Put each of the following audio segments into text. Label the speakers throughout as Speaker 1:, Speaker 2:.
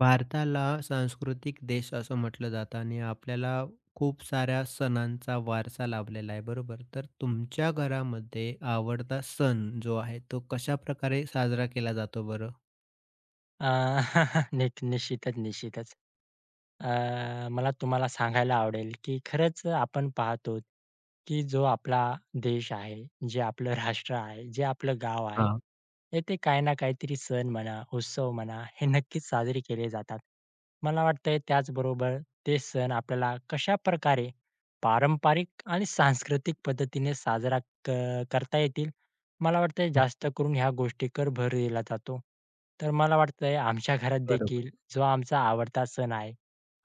Speaker 1: भारताला सांस्कृतिक देश असं म्हटलं जातं आणि आपल्याला खूप साऱ्या सणांचा वारसा लाभलेला आहे, बरोबर? तर तुमच्या घरामध्ये आवडता सण जो आहे तो कशा प्रकारे साजरा केला जातो बरं?
Speaker 2: अ, निश्चितच, निश्चितच. अ, मला तुम्हाला सांगायला आवडेल, की खरंच आपण पाहतो, की जो आपला देश आहे, जे आपलं राष्ट्र आहे, जे आपलं गाव आहे,
Speaker 1: हा.
Speaker 2: येथे काही ना काहीतरी सण म्हणा, उत्सव म्हणा, हे नक्कीच साजरे केले जातात. मला वाटतंय त्याचबरोबर ते सण आपल्याला कशाप्रकारे पारंपरिक आणि सांस्कृतिक पद्धतीने साजरा क करता येतील. मला वाटतंय
Speaker 1: हा,
Speaker 2: जास्त करून ह्या गोष्टींवर भर दिला जातो. तर मला वाटतंय आमच्या घरात
Speaker 1: बरोबर.
Speaker 2: देखील जो आमचा आवडता सण आहे,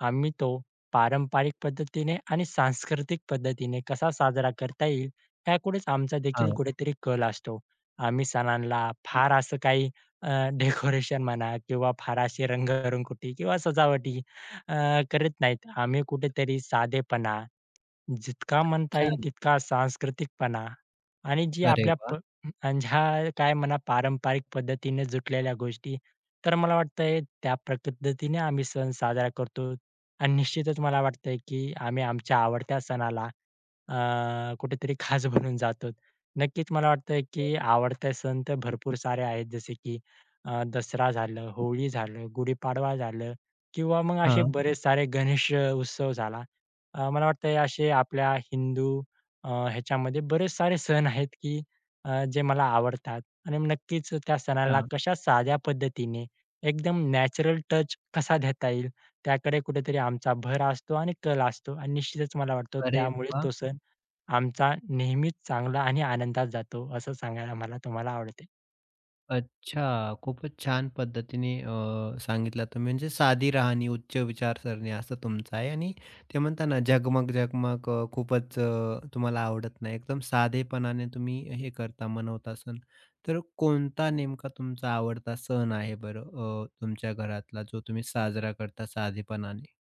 Speaker 2: आम्ही तो पारंपरिक पद्धतीने आणि सांस्कृतिक पद्धतीने कसा साजरा करता येईल याकडेच आमचा
Speaker 1: हा.
Speaker 2: देखील कुठेतरी कल असतो. आम्ही सणांना
Speaker 1: हा,
Speaker 2: फार असं काही डेकोरेशन म्हणा किंवा फार अशी रंगरंगोटी किंवा सजावटी अ, करत नाहीत. आम्ही कुठेतरी साधेपणा, जितका म्हणता येईल
Speaker 1: छान.
Speaker 2: तितका सांस्कृतिकपणा आणि जी
Speaker 1: अरे
Speaker 2: आपल्या
Speaker 1: वा.
Speaker 2: आणि ह्या काय म्हणा पारंपरिक पद्धतीने जुटलेल्या गोष्टी. तर मला वाटतंय त्या पद्धतीने आम्ही सण साजरा करतो आणि निश्चितच मला वाटतंय की आम्ही आमच्या आवडत्या सणाला कुठेतरी खास बनून जातो. नक्कीच मला वाटतंय की आवडते सण तर भरपूर सारे आहेत जसे की दसरा झालं, होळी झालं, गुढीपाडवा झालं किंवा मग असे
Speaker 1: हा.
Speaker 2: बरेच सारे गणेश उत्सव झाला. मला वाटतंय असे आपल्या हिंदू ह्याच्यामध्ये बरेच सारे सण आहेत की जे मला आवडतात आणि नक्कीच त्या सणाला
Speaker 1: छान.
Speaker 2: कशा साध्या पद्धतीने एकदम नॅचरल टच कसा देता येईल त्याकडे कुठेतरी आमचा भर असतो आणि कल असतो आणि निश्चितच मला वाटतं
Speaker 1: अरे
Speaker 2: त्यामुळे
Speaker 1: वा.
Speaker 2: तो सण आमचा नेहमीच चांगला आणि आनंदात जातो असं सांगायला मला तुम्हाला आवडते.
Speaker 1: अच्छा. खूपच छान पद्धतीने सांगितलं तुम्ही. म्हणजे साधी राहणी, उच्च विचारसरणी असं तुमचं आहे. आणि ते म्हणता ना, झगमग, झगमग खूपच तुम्हाला आवडत नाही. एकदम साधेपणाने तुम्ही हे करता, मनवता सण. तर कोणता नेमका तुमचा आवडता सण आहे बरं, तुमच्या घरातला जो तुम्ही साजरा करता साधेपणाने?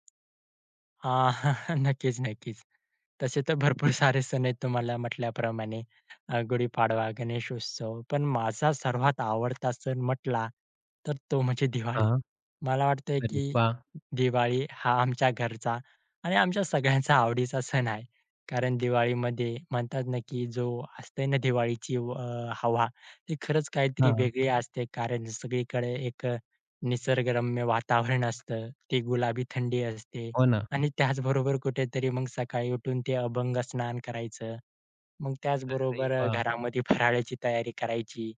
Speaker 2: अ, नक्कीच, नक्कीच. तसे तर भरपूर सारे सण आहेत तुम्हाला म्हटल्याप्रमाणे गुढीपाडवा, गणेशोत्सव, पण माझा सर्वात आवडता सण म्हटला तर तो म्हणजे दिवाळी.
Speaker 1: हां.
Speaker 2: मला वाटतंय
Speaker 1: अरे
Speaker 2: की
Speaker 1: वाह!
Speaker 2: दिवाळी हा आमच्या घरचा आणि आमच्या सगळ्यांचा आवडीचा सण आहे. कारण दिवाळीमध्ये म्हणतात ना, की जो असते ना दिवाळीची हवा ती खरंच काहीतरी
Speaker 1: हां.
Speaker 2: वेगळी असते. कारण सगळीकडे एक निसर्गरम्य वातावरण असतं. ती गुलाबी थंडी असते
Speaker 1: हो ना.
Speaker 2: आणि त्याचबरोबर कुठेतरी मग सकाळी उठून ते अभंग स्नान करायचं. मग
Speaker 1: अरे
Speaker 2: त्याचबरोबर
Speaker 1: वाह!
Speaker 2: घरामध्ये फराळाची तयारी करायची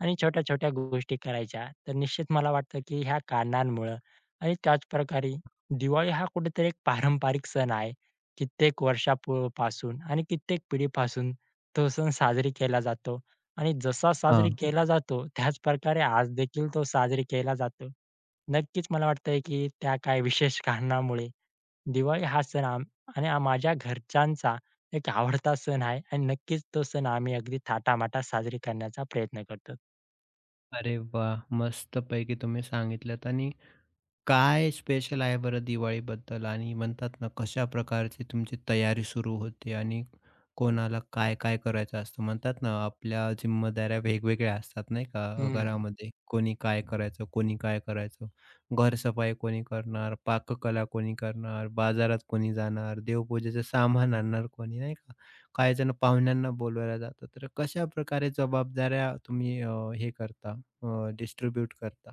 Speaker 2: आणि छोट्या-छोट्या गोष्टी करायच्या. तर निश्चित मला वाटतं, की ह्या कारणांमुळं आणि त्याचप्रकारे दिवाळी हा कुठेतरी एक पारंपरिक सण आहे. कित्येक वर्षापू पासून आणि कित्येक पिढीपासून तो सण साजरी केला जातो आणि जसा साजरी
Speaker 1: हां.
Speaker 2: केला जातो, त्याच प्रकारे आज देखील तो साजरी केला जातो. नक्कीच मला वाटतंय, की त्या काही विशेष कारणामुळे दिवाळी हा सण आणि माझ्या घरच्यांचा एक आवडता सण आहे आणि नक्कीच तो सण आम्ही अगदी थाटामाटात साजरी करण्याचा प्रयत्न करतो.
Speaker 1: अरे वाह! मस्तपैकी तुम्ही सांगितलत. आणि काय स्पेशल आहे बरं दिवाळीबद्दल? आणि म्हणतात ना, कशा प्रकारची तुमची तयारी सुरू होते आणि कोणाला काय-काय करायचं असतं? म्हणतात ना, आपल्या जिम्मेदाऱ्या वेगवेगळ्या असतात नाही का
Speaker 2: हं.
Speaker 1: घरामध्ये. कोणी काय करायचं, कोणी काय करायचं. घरसफाई कोणी करणार, पाककला कोणी करणार, बाजारात कोणी जाणार, देवपूजेचं सामान आणणार कोणी, नाही का. काही जण पाहुण्यांना बोलवायला जातात. तर कशा प्रकारे जबाबदाऱ्या तुम्ही अ, हे करता अ, करता?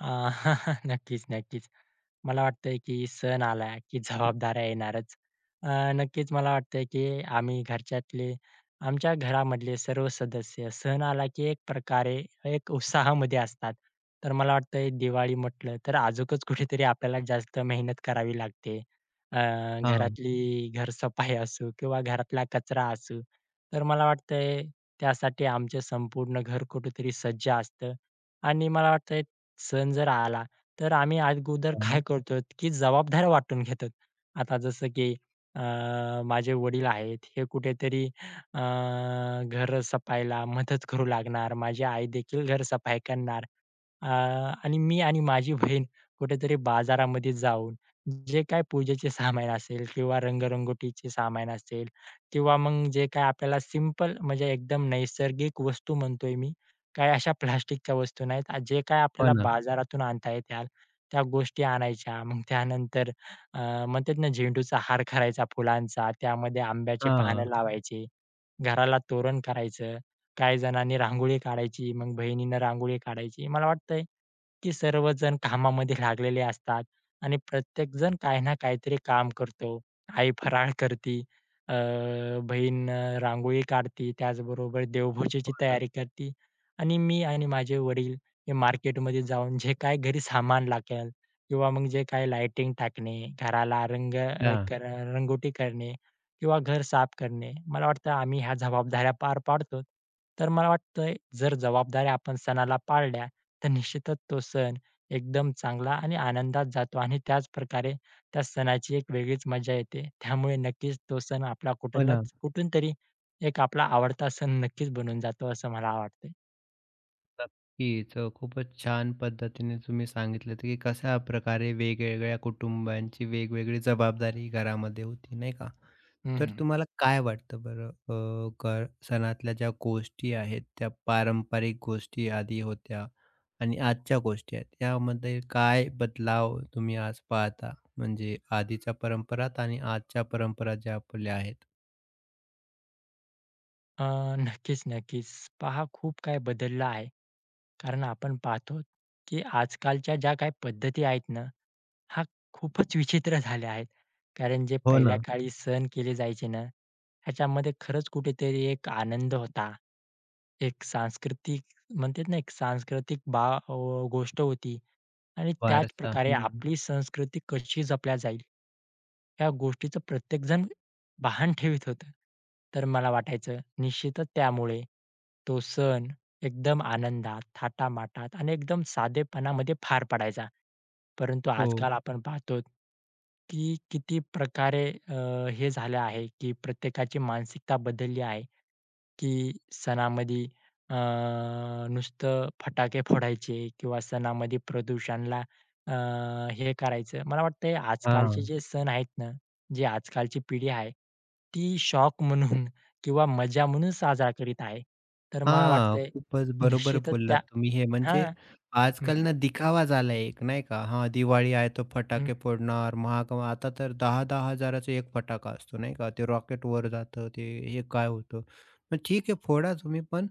Speaker 2: अ, नक्कीच, नक्कीच. मला वाटतंय की सण आला की जबाबदाऱ्या येणारच. अ, नक्कीच मला वाटतंय की आम्ही घरच्यातले आमच्या घरामधले सर्व सदस्य सण आला की एक प्रकारे एक उत्साहामध्ये असतात. तर मला वाटतंय दिवाळी म्हटलं तर अजूकच कुठेतरी आपल्याला जास्त मेहनत करावी लागते. अ,
Speaker 1: हां,
Speaker 2: घरातली घरसफाई असू किंवा घरातला कचरा असू. तर मला वाटतंय त्यासाठी आमचं संपूर्ण घर कुठेतरी सज्ज असतं आणि मला वाटतंय सण जर आला तर आम्ही अगोदर काय
Speaker 1: हां.
Speaker 2: करतो, की जबाबदाऱ्या वाटून घेतो. आता जसं की अ, माझे वडील आहेत, हे कुठेतरी अ, घर सफायला मदत करू लागणार. माझी आई देखील घर सफाई करणार. अ, आणि मी आणि माझी बहीण कुठेतरी बाजारामध्ये जाऊन जे काही पूजेचे सामान असेल किंवा रंगरंगोटीचे सामान असेल किंवा मग जे काही आपल्याला सिंपल म्हणजे एकदम नैसर्गिक वस्तू म्हणतोय मी, काही अशा प्लास्टिकच्या वस्तू नाहीत. जे काही
Speaker 1: हो
Speaker 2: आपल्याला
Speaker 1: ना.
Speaker 2: बाजारातून आणता येत्या त्या गोष्टी आणायच्या. मग त्यानंतर अ, म्हणतात ना, झेंडूचा हार करायचा फुलांचा, त्यामध्ये आंब्याचे पानं
Speaker 1: हां.
Speaker 2: हं. लावायचे. घराला तोरण करायचं, काही जणांनी रांगोळी काढायची, मग बहिणीनं रांगोळी काढायची. मला वाटतंय, की सर्वजण कामामध्ये लागलेले असतात आणि प्रत्येकजण काही ना काहीतरी काम करतो. आई फराळ करती, अ, बहीण रांगोळी काढती, त्याचबरोबर देवपूजेची
Speaker 1: हो ना.
Speaker 2: तयारी करती आणि मी आणि माझे वडील हे मार्केटमध्ये जाऊन जे काही घरी सामान लागेल किंवा मग जे काही लाइटिंग टाकणे, घराला रंग अ,
Speaker 1: हां.
Speaker 2: कर रंगोटी करणे किंवा घर साफ करणे. मला वाटतं आम्ही ह्या जबाबदाऱ्या पार पाडतो. तर मला वाटतंय जर जबाबदाऱ्या आपण सणाला पाळल्या, तर निश्चितच तो सण एकदम चांगला आणि आनंदात जातो आणि त्याचप्रकारे त्या सणाची एक वेगळीच मजा येते. त्यामुळे नक्कीच तो सण आपला
Speaker 1: हो ना.
Speaker 2: कुठलाच कुठून तरी एक आपला आवडता सण नक्कीच बनून जातो असं मला वाटतंय.
Speaker 1: नक्कीच. खूपच छान पद्धतीने तुम्ही सांगितलं की कशाप्रकारे वेगवेगळ्या कुटुंबांची वेगवेगळी जबाबदारी घरामध्ये होती, नाही का?
Speaker 2: हं,
Speaker 1: तर
Speaker 2: हं.
Speaker 1: तुम्हाला काय वाटतं बरं, अ, क सणातल्या ज्या गोष्टी आहेत, त्या पारंपरिक गोष्टी आधी होत्या आणि आजच्या गोष्टी आहेत, यामध्ये काय बदलाव तुम्ही आज पाहता? म्हणजे आधीच्या परंपरात आणि आजच्या परंपरा ज्या आपल्या आहेत.
Speaker 2: अ, नक्कीच, नक्कीच. पहा खूप काही बदललं आहे. कारण आपण पाहतो, की आजकालच्या ज्या काही पद्धती आहेत ना हा खूपच विचित्र झाल्या आहेत. कारण जे
Speaker 1: हो
Speaker 2: पहिल्या
Speaker 1: ना.
Speaker 2: काळी सण केले जायचे ना, ह्याच्यामध्ये खरंच कुठेतरी एक आनंद होता. एक सांस्कृतिक म्हणतात ना, एक गोष्ट होती आणि त्याच
Speaker 1: वारसा.
Speaker 2: प्रकारे
Speaker 1: हं.
Speaker 2: आपली संस्कृती कशी जपल्या जाईल, या गोष्टीचं प्रत्येकजण भान ठेवीत होतं. तर मला वाटायचं निश्चितच त्यामुळे तो सण एकदम आनंदात, थाटामाटात आणि एकदम साधेपणामध्ये पार पडायचा. परंतु
Speaker 1: हो.
Speaker 2: आजकाल आपण पाहतो की किती प्रकारे हे झालं आहे की प्रत्येकाची मानसिकता बदलली आहे की सणामध्ये अ, नुसतं फटाके फोडायचे किंवा सणामध्ये प्रदूषणला अ, हे करायचं. मला वाटतंय आजकालचे
Speaker 1: हां.
Speaker 2: जे सण आहेत ना, जी आजकालची पिढी आहे, ती शौक म्हणून किंवा मजा म्हणून साजरा करीत आहे. तर मला
Speaker 1: हां,
Speaker 2: वाटतंय
Speaker 1: खूपच बरोबर
Speaker 2: निश्चितच
Speaker 1: बोललात
Speaker 2: त्या
Speaker 1: तुम्ही हे. म्हणजे
Speaker 2: हां.
Speaker 1: आजकाल
Speaker 2: हं,
Speaker 1: ना दिखावा झालाय एक, नाही का? हां, दिवाळी आहे तर
Speaker 2: हं,
Speaker 1: फटाके फोडणार. महाग, आता तर 10,000-10,000चा एक फटाका असतो नाही का? ते रॉकेट वर जातं, ते हे काय होतं. मग ठीक आहे, फोडा तुम्ही, पण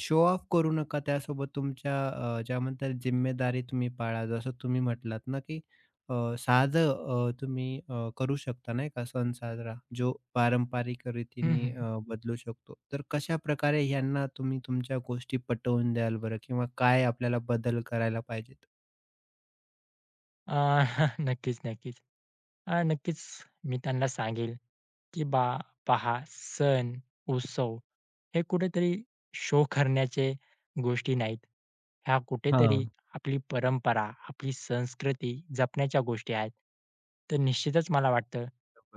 Speaker 1: शो ऑफ करू नका. त्यासोबत तुमच्या ज्या म्हणतात जिम्मेदारी तुम्ही पाळा. जसं तुम्ही म्हटलात ना, की साधं तुम्ही करू शकता नाही का सण साजरा जो पारंपरिक
Speaker 2: हं,
Speaker 1: रीतीने
Speaker 2: हं.
Speaker 1: बदलू शकतो. तर कशाप्रकारे ह्यांना तुम्ही तुमच्या गोष्टी पटवून द्याल बरं, किंवा काय आपल्याला बदल करायला पाहिजेत?
Speaker 2: अ, नक्कीच, नक्कीच. नक्कीच मी त्यांना सांगेल, की पहा सण, उत्सव हे कुठेतरी शो करण्याचे गोष्टी नाहीत. ह्या कुठेतरी
Speaker 1: हां,
Speaker 2: आपली परंपरा, आपली संस्कृती जपण्याच्या गोष्टी आहेत." तर निश्चितच मला वाटतं,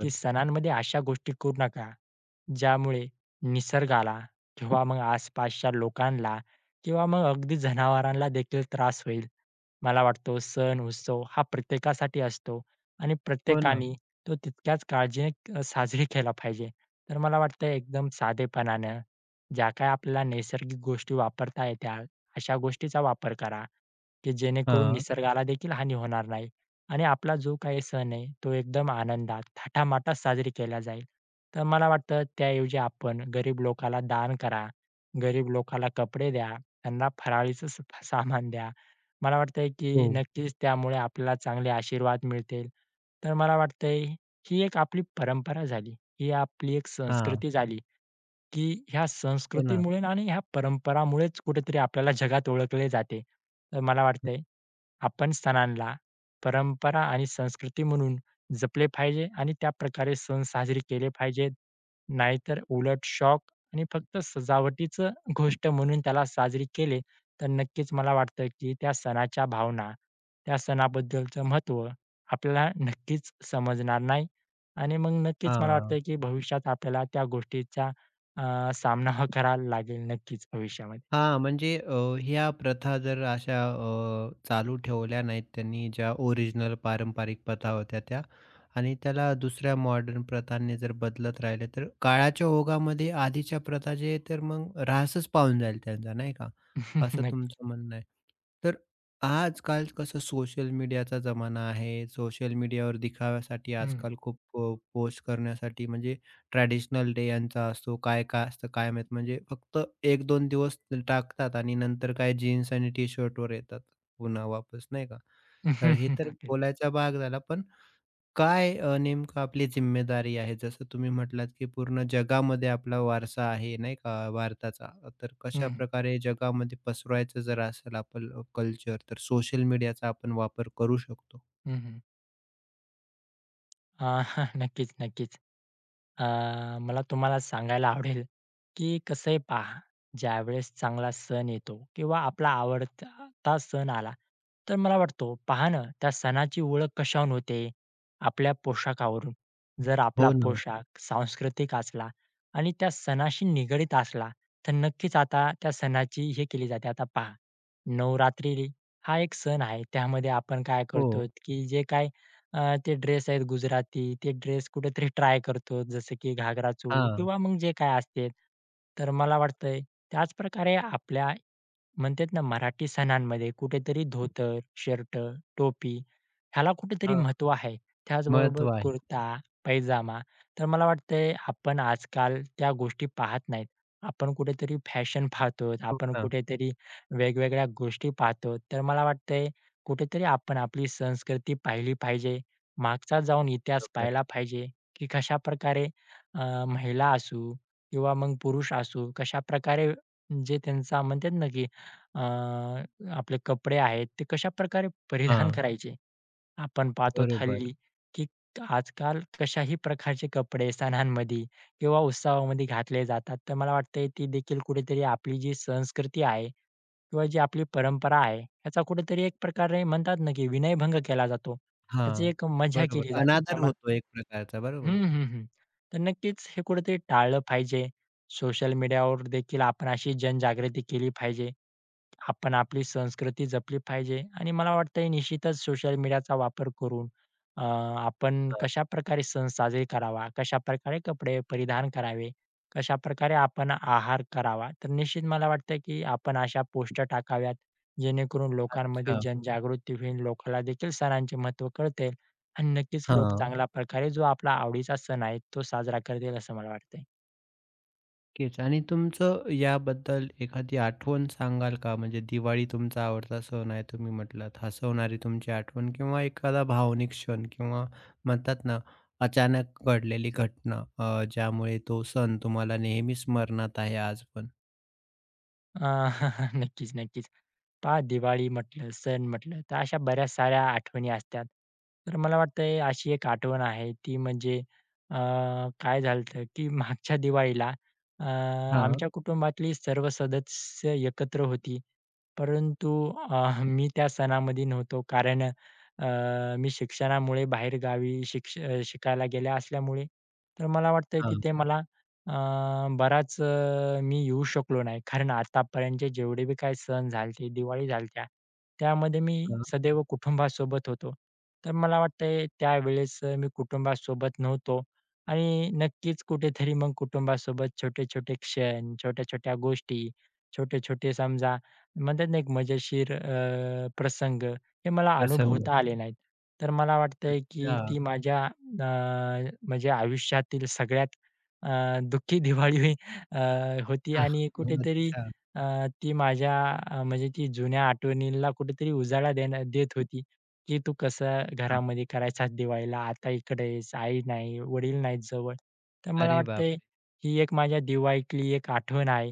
Speaker 2: की सणांमध्ये अशा गोष्टी करू नका, ज्यामुळे निसर्गाला किंवा मग आसपासच्या लोकांना किंवा मग अगदी जनावरांना देखील त्रास होईल. मला वाटतो सण उत्सव हा प्रत्येकासाठी असतो आणि
Speaker 1: हो ना.
Speaker 2: प्रत्येकाने तो तितक्याच काळजीने साजरी केला पाहिजे. तर मला वाटतं एकदम साधेपणानं ज्या काही आपल्याला नैसर्गिक गोष्टी वापरता येत्या अशा गोष्टीचा वापर करा, की जेणेकरून
Speaker 1: हां.
Speaker 2: निसर्गाला देखील हानी होणार नाही. आणि आपला जो काही सण आहे तो एकदम आनंदात, थाटामाटात साजरी केला जाईल. तर मला वाटतं त्याऐवजी आपण गरीब लोकाला दान करा, गरीब लोकाला कपडे द्या, त्यांना फराळीचं सामान द्या. मला वाटतंय की
Speaker 1: हो.
Speaker 2: नक्कीच त्यामुळे आपल्याला चांगले आशीर्वाद मिळतील. तर मला वाटतंय ही एक आपली परंपरा झाली, ही आपली एक
Speaker 1: हां.
Speaker 2: संस्कृती झाली, की ह्या
Speaker 1: हो ना.
Speaker 2: संस्कृतीमुळे आणि ह्या परंपरामुळेच कुठेतरी आपल्याला जगात ओळखले जाते. तर मला वाटतंय आपण सणांना परंपरा आणि संस्कृती म्हणून जपले पाहिजे आणि त्या प्रकारे सण साजरे केले पाहिजेत. नाहीतर उलट शौक आणि फक्त सजावटीचं गोष्ट म्हणून त्याला साजरी केले, तर नक्कीच मला वाटतं की त्या सणाच्या भावना, त्या सणाबद्दलचं महत्त्व आपल्याला नक्कीच समजणार नाही आणि मग नक्कीच मला वाटतं
Speaker 1: हां.
Speaker 2: की भविष्यात आपल्याला त्या गोष्टीचा सामना हा करायला लागेल नक्कीच भविष्यामध्ये.
Speaker 1: हां, म्हणजे ह्या प्रथा जर अशा चालू ठेवल्या नाहीत त्यांनी ज्या ओरिजिनल पारंपरिक प्रथा होत्या त्या, आणि त्याला दुसऱ्या मॉडर्न प्रथांनी जर बदलत राहिले, तर काळाच्या ओघामध्ये आधीच्या प्रथा जे आहे, तर मग ऱ्हासच पावून जाईल त्यांचा, नाही का? असं
Speaker 2: नक्की.
Speaker 1: तुमचं म्हणणं आहे. तर आजकाल कसं सोशल मीडियाचा जमाना आहे. सोशल मीडियावर दिखाव्यासाठी
Speaker 2: हं.
Speaker 1: आजकाल खूप पोस्ट करण्यासाठी, म्हणजे ट्रॅडिशनल डे यांचा असतो, काय-काय असतं काय माहीत. म्हणजे फक्त एक दोन दिवस टाकतात आणि नंतर काय जीन्स आणि टी-शर्टवर येतात पुन्हा वापस, नाही का? तर हे तर
Speaker 2: नक्कीच.
Speaker 1: बोलायचा भाग झाला. पण काय नेमकं आपली जिम्मेदारी आहे? जसं तुम्ही म्हटलात, की पूर्ण जगामध्ये आपला वारसा आहे, नाही का, भारताचा. तर
Speaker 2: हं, हं.
Speaker 1: कशाप्रकारे जगामध्ये पसरवायचं जर असेल आपलं कल्चर, तर सोशल मीडियाचा आपण वापर करू शकतो?
Speaker 2: अ, नक्कीच, नक्कीच. अ, मला तुम्हाला सांगायला आवडेल, की कसं आहे पहा, ज्यावेळेस चांगला सण येतो किंवा आपला आवडता सण आला, तर मला वाटतो पहा ना, त्या सणाची ओळख कशावरून होते? आपल्या पोशाखावरून. जर आपला
Speaker 1: हो ना.
Speaker 2: पोशाख सांस्कृतिक असला आणि त्या सणाशी निगडीत असला, तर नक्कीच आता त्या सणाची हे केली जाते. आता पहा, नवरात्री हा एक सण आहे. त्यामध्ये आपण काय करतो,
Speaker 1: हो.
Speaker 2: की जे काय ते ड्रेस आहेत गुजराती, ते ड्रेस कुठेतरी ट्राय करतो. जसं की घागरा चोळी
Speaker 1: हां.
Speaker 2: किंवा मग जे काही असते. तर मला वाटतंय त्याच प्रकारे आपल्या म्हणतात ना मराठी सणांमध्ये कुठेतरी धोतर, शर्ट, टोपी ह्याला कुठेतरी
Speaker 1: हां.
Speaker 2: महत्त्व आहे. त्याचबरोबर
Speaker 1: महत्त्व आहे.
Speaker 2: कुर्ता, पैजामा. तर मला वाटतंय आपण आजकाल त्या गोष्टी पाहत नाहीत. आपण कुठेतरी फॅशन पाहतो,
Speaker 1: हो
Speaker 2: आपण
Speaker 1: ना.
Speaker 2: कुठेतरी वेगवेगळ्या गोष्टी पाहतो. तर मला वाटतंय कुठेतरी आपण आपली संस्कृती पाहिली पाहिजे. मागचा जाऊन इतिहास
Speaker 1: बरोबर.
Speaker 2: पाहिला पाहिजे, की कशाप्रकारे महिला असू किंवा मग पुरुष असू, कशाप्रकारे जे त्यांचा म्हणतात ना, की अ, आपले कपडे आहेत, ते कशाप्रकारे परिधान
Speaker 1: हां.
Speaker 2: करायचे. आपण पाहतो
Speaker 1: बरोबर.
Speaker 2: हल्ली, की आजकाल कशाही प्रकारचे कपडे सणांमध्ये किंवा उत्सवामध्ये घातले जातात. तर मला वाटतंय ती देखील कुठेतरी आपली जी संस्कृती आहे किंवा जी आपली परंपरा आहे, याचा कुठेतरी एक प्रकारे म्हणतात ना, की विनयभंग केला जातो. ह्याची
Speaker 1: हां.
Speaker 2: एक मजा
Speaker 1: बरोबर.
Speaker 2: केली जाते.
Speaker 1: अनादर
Speaker 2: त्यामुळे
Speaker 1: होतो एक प्रकारचा.
Speaker 2: हं,
Speaker 1: बरोबर.
Speaker 2: हं, हं. तर नक्कीच हे कुठेतरी टाळलं पाहिजे. सोशल मीडियावर देखील आपण अशी जनजागृती केली पाहिजे. आपण आपली संस्कृती जपली पाहिजे आणि मला वाटतंय निश्चितच सोशल मीडियाचा वापर करून अ, आपण
Speaker 1: हां.
Speaker 2: कशाप्रकारे सण साजरे करावा, कशाप्रकारे कपडे परिधान करावे, कशाप्रकारे आपण आहार करावा. तर निश्चित मला वाटतं की आपण अशा पोस्ट टाकाव्यात, जेणेकरून लोकांमध्ये
Speaker 1: अच्छा.
Speaker 2: जनजागृती होईल, लोकांना देखील सणांचे महत्त्व कळते आणि नक्कीच लोक
Speaker 1: हां.
Speaker 2: चांगल्या प्रकारे जो आपला आवडीचा सण आहे, तो साजरा करतील असं मला वाटतंय.
Speaker 1: नक्कीच. आणि तुमचं याबद्दल एखादी आठवण सांगाल का? म्हणजे दिवाळी तुमचा आवडता सण आहे तुम्ही म्हटलात. हसवणारी तुमची आठवण किंवा एखादा भावनिक क्षण, किंवा म्हणतात ना, अचानक घडलेली घटना, ज्यामुळे तो सण तुम्हाला नेहमी स्मरणात आहे आज पण?
Speaker 2: अ, नक्कीच, नक्कीच. पहा दिवाळी म्हटलं, सण म्हटलं, तर अशा बऱ्याच साऱ्या आठवणी असतात. तर मला वाटतंय अशी एक आठवण आहे ती म्हणजे अ, काय झालं होतं, की मागच्या दिवाळीला अ,
Speaker 1: हां,
Speaker 2: आमच्या कुटुंबातली सर्व सदस्य एकत्र होती. परंतु मी त्या सणामध्ये नव्हतो कारण मी शिक्षणामुळे बाहेरगावी शिकायला गेल्या असल्यामुळे तर मला वाटतंय
Speaker 1: हां,
Speaker 2: तिथे मला अ, मी येऊ शकलो नाही. कारण आतापर्यंत जेवढे बी काही सण झालते, दिवाळी झालत्या, त्यामध्ये मी
Speaker 1: हां.
Speaker 2: सदैव कुटुंबासोबत होतो. तर मला वाटतंय त्यावेळेस मी कुटुंबासोबत नव्हतो आणि नक्कीच कुठेतरी मग कुटुंबासोबत छोटे-छोटे क्षण, छोट्या-छोट्या गोष्टी, छोटे-छोटे समजा म्हणतात ना, एक मजेशीर प्रसंग हे मला
Speaker 1: प्रसंग.
Speaker 2: अनुभवता आले नाहीत. तर मला वाटतंय की
Speaker 1: अच्छा.
Speaker 2: ती माझ्या म्हणजे आयुष्यातील सगळ्यात दुःखी दिवाळी अ, होती
Speaker 1: हां.
Speaker 2: आणि कुठेतरी
Speaker 1: अच्छा.
Speaker 2: अ, ती माझ्या म्हणजे ती जुन्या आठवणीला कुठेतरी उजाळा देत होती, की "तू कसं
Speaker 1: हां.
Speaker 2: घरामध्ये करायचास दिवाळीला, आता इकडे आहेस, आई नाही, वडील नाहीत जवळ." तर मला
Speaker 1: अरे
Speaker 2: वाटतंय
Speaker 1: बापरे!
Speaker 2: ही एक माझ्या दिवाळीतली एक आठवण आहे,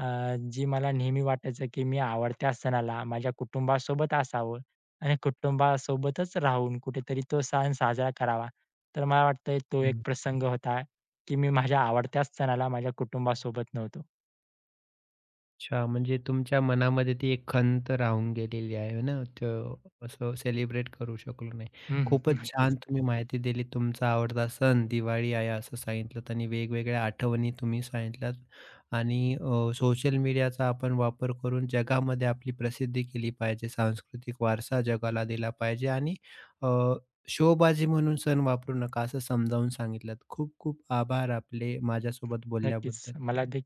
Speaker 2: अ, जी मला नेहमी वाटायचं, की मी आवडत्या सणाला माझ्या कुटुंबासोबत असावं आणि कुटुंबासोबतच राहून कुठेतरी तो सण साजरा करावा. तर मला वाटतंय तो एक प्रसंग होता की मी माझ्या आवडत्याच सणाला माझ्या कुटुंबासोबत नव्हतो.
Speaker 1: अच्छा, म्हणजे तुमच्या मनामध्ये ती एक खंत राहून गेलेली आहे हो ना, तर असं सेलिब्रेट करू शकलो नाही.
Speaker 2: हं,
Speaker 1: खूपच छान
Speaker 2: नक्कीच,
Speaker 1: तुम्ही माहिती दिली. तुमचा आवडता सण दिवाळी आहे असं सांगितलंत आणि वेगवेगळ्या आठवणी तुम्ही सांगितल्यात, आणि सोशल मीडियाचा आपण वापर करून जगामध्ये आपली प्रसिद्धी केली पाहिजे, सांस्कृतिक वारसा जगाला दिला पाहिजे, आणि अ, शोबाजी म्हणून सण वापरू नका असं समजावून सांगितलंत. खूप खूप आभार आपले माझ्यासोबत
Speaker 2: नक्कीच.
Speaker 1: बोलल्याबद्दल.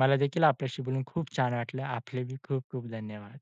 Speaker 2: मला देखील आपल्याशी बोलून खूप छान वाटलं. आपले बी खूप खूप धन्यवाद.